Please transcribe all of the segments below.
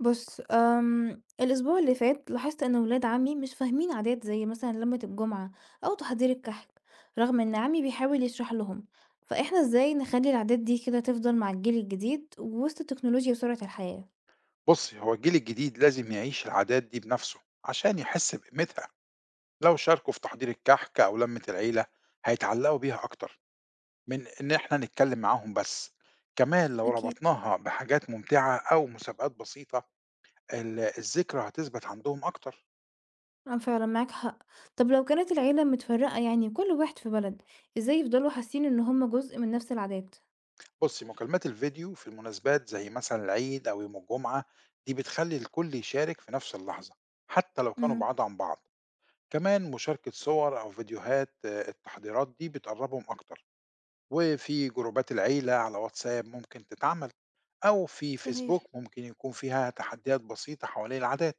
بُص، آمم، الأسبوع اللي فات لاحظت إن ولاد عمي مش فاهمين عادات زي مثلًا لمة الجمعة أو تحضير الكحك، رغم إن عمي بيحاول يشرح لهم، فإحنا إزاي نخلي العادات دي كده تفضل مع الجيل الجديد وسط التكنولوجيا وسرعة الحياة؟ بص، هو الجيل الجديد لازم يعيش العادات دي بنفسه عشان يحس بقيمتها. لو شاركوا في تحضير الكحك أو لمة العيلة هيتعلقوا بيها أكتر من إن إحنا نتكلم معاهم بس. كمان لو أكيد. ربطناها بحاجات ممتعة أو مسابقات بسيطة الذكرى هتثبت عندهم أكتر. آه فعلًا معاك حق، طب لو كانت العيلة متفرقة يعني وكل واحد في بلد، إزاي يفضلوا حاسين إن هُم جزء من نفس العادات؟ بص، مكالمات الفيديو في المناسبات زي مثلا العيد أو يوم الجمعة دي بتخلي الكل يشارك في نفس اللحظة حتى لو كانوا امم. بعاد عن بعض. كمان مشاركة صور أو فيديوهات، آه، التحضيرات دي بتقربهم أكتر. وفي جروبات العيلة على واتساب ممكن تتعمل أو في فيسبوك صحيح. ممكن يكون فيها تحديات بسيطة حوالين العادات.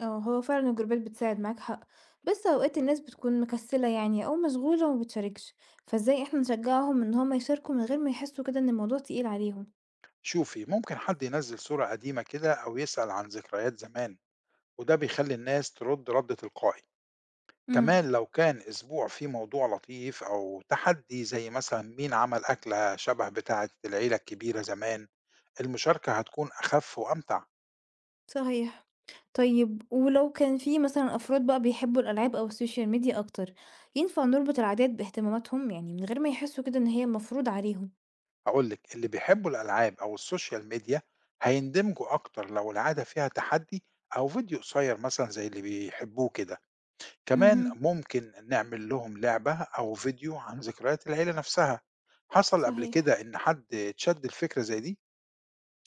آه، هو فعلًا الجروبات بتساعد معاك حق، بس أوقات الناس بتكون مكسلة يعني أو مشغولة وما بتشاركش، فإزاي إحنا نشجعهم إن هُم يشاركوا من غير ما يحسوا كده إن الموضوع تقيل عليهم؟ شوفي، ممكن حد ينزل صورة قديمة كده أو يسأل عن ذكريات زمان وده بيخلي الناس ترد رد تلقائي. امم، كمان لو كان أسبوع فيه موضوع لطيف أو تحدي زي مثلا مين عمل أكلة شبه بتاعة العيلة الكبيرة زمان، المشاركة هتكون أخف وأمتع. صحيح. طيب ولو كان في مثلًا أفراد بقى بيحبوا الألعاب أو السوشيال ميديا أكتر، ينفع نربط العادات باهتماماتهم يعني من غير ما يحسوا كده إن هي مفروض عليهم؟ هاقول لِك، اللي بيحبوا الألعاب أو السوشيال ميديا هيندمجوا أكتر لو العادة فيها تحدي أو فيديو قصير مثلًا زي اللي بيحبوه كده. كمان اهم، ممكن نعمل لهم لعبة أو فيديو عن ذكريات العيلة نفسها. حصل قبل صحيح. كده إن حد اتشد لفكرة زي دي؟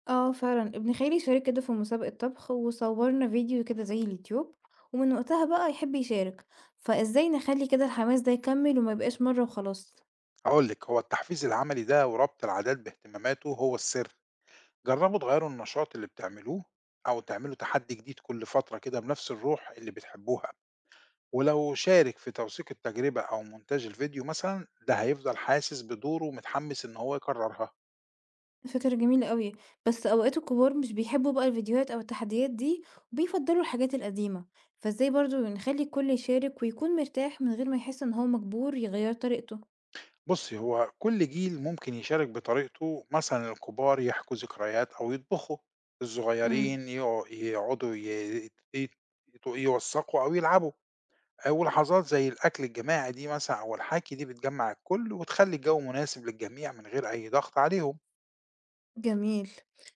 آه فعلًا، ابن خالي شارك كده في مسابقة طبخ، وصورنا فيديو كده زي اليوتيوب، ومن وقتها بقى يحب يشارك، فإزاي نخلي كده الحماس ده يكمل وما يبقاش مرة وخلاص؟ هاقول لِك، هو التحفيز العملي ده وربط العادات باهتماماته هو السر. جربوا تغيروا النشاط اللي بتعملوه أو تعملوا تحدي جديد كل فترة كده بنفس الروح اللي بتحبوها. ولو شارك في توثيق التجربة أو مونتاج الفيديو مثلا، ده هيفضل حاسس بدوره ومتحمس إن هو يكررها. فكرة جميلة أوي، بس أوقات الكبار مش بيحبوا بقى الفيديوهات أو التحديات دي، وبيفضلوا الحاجات القديمة، فإزاي برضه نخلي الكل يشارك ويكون مرتاح من غير ما يحس إن هو مجبور يغيّر طريقته؟ بصي، هو كل جيل ممكن يشارك بطريقته. مثلا الكبار يحكوا ذكريات أو يطبخوا، إمم. الصغيرين يوثقوا أو يلعبوا. أو لحظات زي الأكل الجماعي دي مثلا أو الحكي دي بتجمع الكل وتخلي الجو مناسب للجميع من غير أي ضغط عليهم. جميل،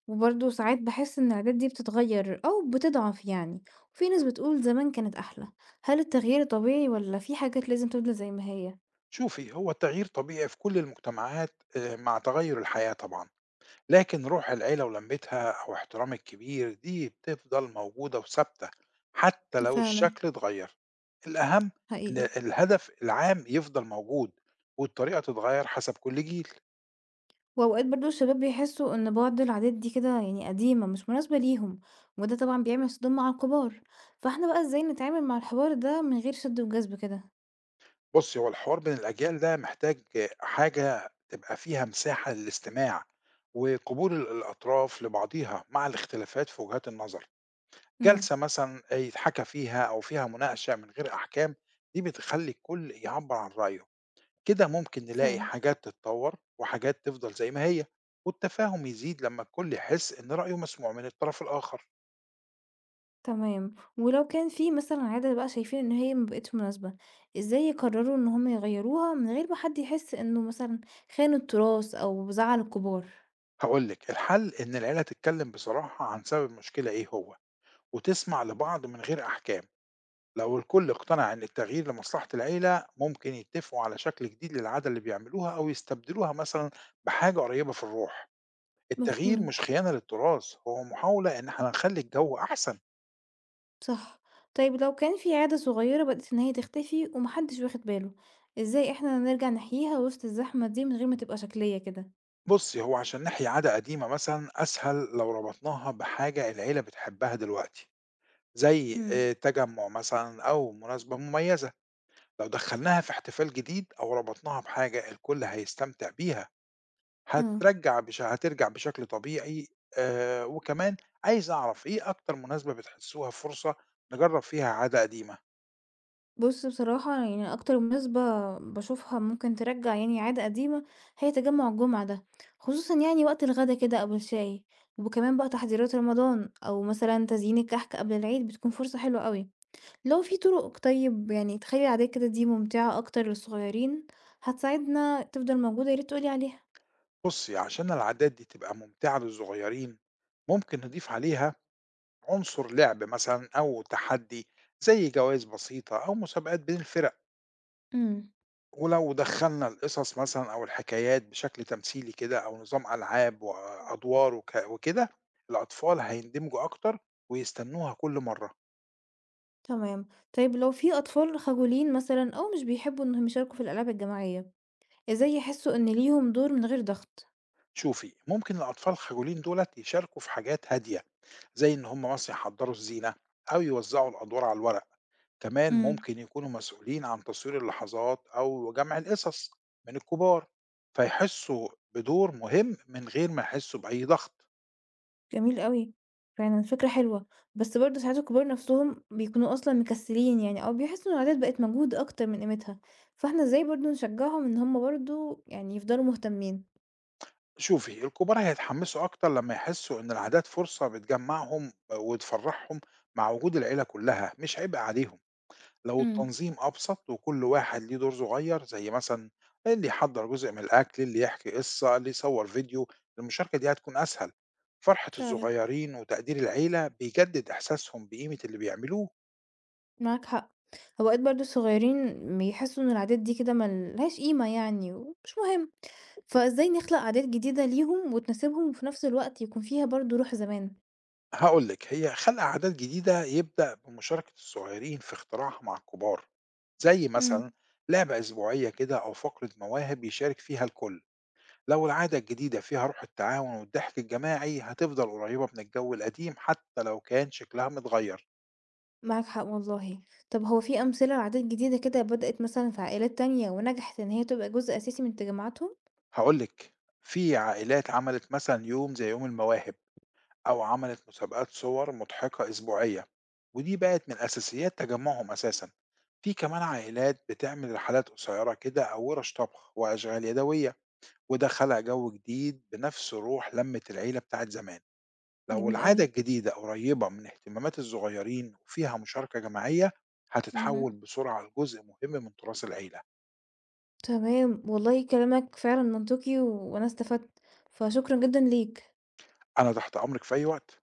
وبرضه ساعات باحس إن العادات دي بتتغيّر أو بتضعف يعني، وفي ناس بتقول زمان كانت أحلى، هل التغيير طبيعي والّا في حاجات لازم تفضل زي ما هي؟ شوفي، هو التغيير طبيعي في كل المجتمعات، آه، مع تغير الحياة طبعا. لكن روح العيلة ولمّتها أو احترام الكبير دي بتفضل موجودة وثابتة حتى لو فعلا. الشكل اتغيّر. الأهم إن حقيقي. الهدف العام يفضل موجود والطريقة تتغيّر حسب كل جيل. وأوقات برضه الشباب بيحسوا إن بعض العادات دي كده يعني قديمة مش مناسبة ليهم، وده طبعا بيعمل صدام مع الكبار، فاحنا بقى إزاي نتعامل مع الحوار ده من غير شد وجذب كده؟ بُصّي، هو الحوار بين الأجيال ده محتاج حاجة تبقى فيها مساحة للاستماع وقبول الأطراف لبعضيها مع الاختلافات في وجهات النظر. امم. جلسة مثلًا يتحكى فيها أو فيها مناقشة من غير أحكام، دي بتخلّي الكل يعبّر عن رأيه. كده ممكن نلاقي فعلا. حاجات تتطور وحاجات تفضل زي ما هي، والتفاهم يزيد لما الكل يحس إن رأيه مسموع من الطرف الآخر. تمام، ولو كان في مثلًا عادة بقى شايفين إن هي ما بقِتش مناسبة، إزاي يقرروا إن هُم يغيّروها من غير ما حد يحس إنه مثلًا خان التراث أو زعّل الكبار؟ هقولك، الحل إن العيلة تتكلم بصراحة عن سبب المشكلة إيه هو وتسمع لبعض من غير أحكام. لو الكل اقتنع إن التغيير لمصلحة العيلة ممكن يتفقوا على شكل جديد للعادة اللي بيعملوها أو يستبدلوها مثلا بحاجة قريبة في الروح. التغيير مفهوم، مش خيانة للتراث، هو محاولة إن احنا نخلي الجو أحسن. صح. طيب لو كان في عادة صغيرة بدأت إن هي تختفي وما حدش واخد باله، إزاي إحنا نرجع نحييها وسط الزحمة دي من غير ما تبقى شكلية كده؟ بُصّي، هو عشان نحيي عادة قديمة مثلًا أسهل لو ربطناها بحاجة العيلة بتحبها دلوقتي، زي إمم. تجمُّع مثلًا أو مناسبة مميزة. لو دخّلناها في احتفال جديد أو ربطناها بحاجة الكل هيستمتع بيها، آه. هترجّع بش هترجع بشكل طبيعي. وكمان عايز أعرف إيه أكتر مناسبة بتحسّوها فرصة نجرّب فيها عادة قديمة؟ بُص بصراحة يعني أكتر مناسبة باشوفها ممكن ترجّع يعني عادة قديمة، هي تجمُّع الجمعة ده، خصوصًا يعني وقت الغدا كده أو الشاي، وكمان بقى تحضيرات رمضان أو مثلًا تزيين الكحك قبل العيد بتكون فرصة حلوة أوي. لو في طُرق طيب يعني تخلّي العادات كده دي ممتعة أكتر للصغيّرين، هتساعدنا تفضل موجودة يا ريت تقول لي عليها. بُصّي، عشان العادات دي تبقى ممتعة للصغيرين، ممكن نضيف عليها عنصر لعب مثلا أو تحدي زي جوائز بسيطة أو مسابقات بين الفرق. إمم. ولو دخلنا القصص مثلا أو الحكايات بشكل تمثيلي كده أو نظام ألعاب وأدوار وكده، الأطفال هيندمجوا أكتر ويستنوها كل مرة. تمام، طيب لو في أطفال خجولين مثلًا أو مش بيحبّوا إنهم يشاركوا في الألعاب الجماعية، إزاي يحسّوا إن ليهم دور من غير ضغط؟ شوفي، ممكن الأطفال الخجولين دولت يشاركوا في حاجات هادية زي إن هم مثلا يحضروا الزينة أو يوزعوا الأدوار على الورق. كمان إمم. ممكن يكونوا مسؤولين عن تصوير اللحظات أو جمع القصص من الكبار فيحسوا بدور مهم من غير ما يحسوا بأي ضغط. جميل أوي، فعلًا فكرة حلوة، بس برضه ساعات الكبار نفسهم بيكونوا أصلًا مكسلين يعني أو بيحسوا إن العادات بقت مجهود أكتر من قيمتها، فإحنا إزاي برضه نشجعهم إن هم برضه يعني يفضلوا مهتمين؟ شوفي، الكبار هيتحمسوا أكتر لما يحسوا إن العادات فرصة بتجمعهم وتفرحهم مع وجود العيلة كلها، مش عبء عليهم. لو امم، التنظيم أبسط وكل واحد ليه دور صغير، زي مثلا اللي يحضر جزء من الأكل، اللي يحكي قصة، اللي يصور فيديو، المشاركة دي هتكون أسهل. فرحة فعلًا. الصغيرين وتقدير العيلة بيجدد إحساسهم بقيمة اللي بيعملوه. معاك حق، أوقات برضه الصغيرين بيحسوا إن العادات دي كده ما لهاش قيمة يعني ومش مهم، فإزاي نخلق عادات جديدة ليهم وتناسبهم وفي نفس الوقت يكون فيها برضه روح زمان؟ هقولك، هي خلق عادات جديدة يبدأ بمشاركة الصغيرين في اختراعها مع الكبار، زي مثلا امم. لعبة أسبوعية كده أو فقرة مواهب يشارك فيها الكل. لو العادة الجديدة فيها روح التعاون والضحك الجماعي هتفضل قريبة من الجو القديم حتى لو كان شكلها متغير. معاك حق والله. طب هو في أمثلة لعادات جديدة كده بدأت مثلًا في عائلات تانية ونجحت إن هي تبقى جزء أساسي من تجمعاتهم؟ هقولك، في عائلات عملت مثلا يوم زي يوم المواهب أو عملت مسابقات صور مضحكة أسبوعية ودي بقت من أساسيات تجمعهم أساسا. في كمان عائلات بتعمل رحلات قصيرة كده أو ورش طبخ وأشغال يدوية، وده خلق جو جديد بنفس روح لمة العيلة بتاعت زمان. لو جميل العادة أوي. الجديدة قريبة من اهتمامات الصغيرين وفيها مشاركة جماعية اهم. هتتحول بسرعة لجزء مهم من تراث العيلة. تمام، والله كلامك فعلًا منطقي وأنا استفدت، فشكرًا جدًا ليك. أنا تحت أمرك في أي وقت.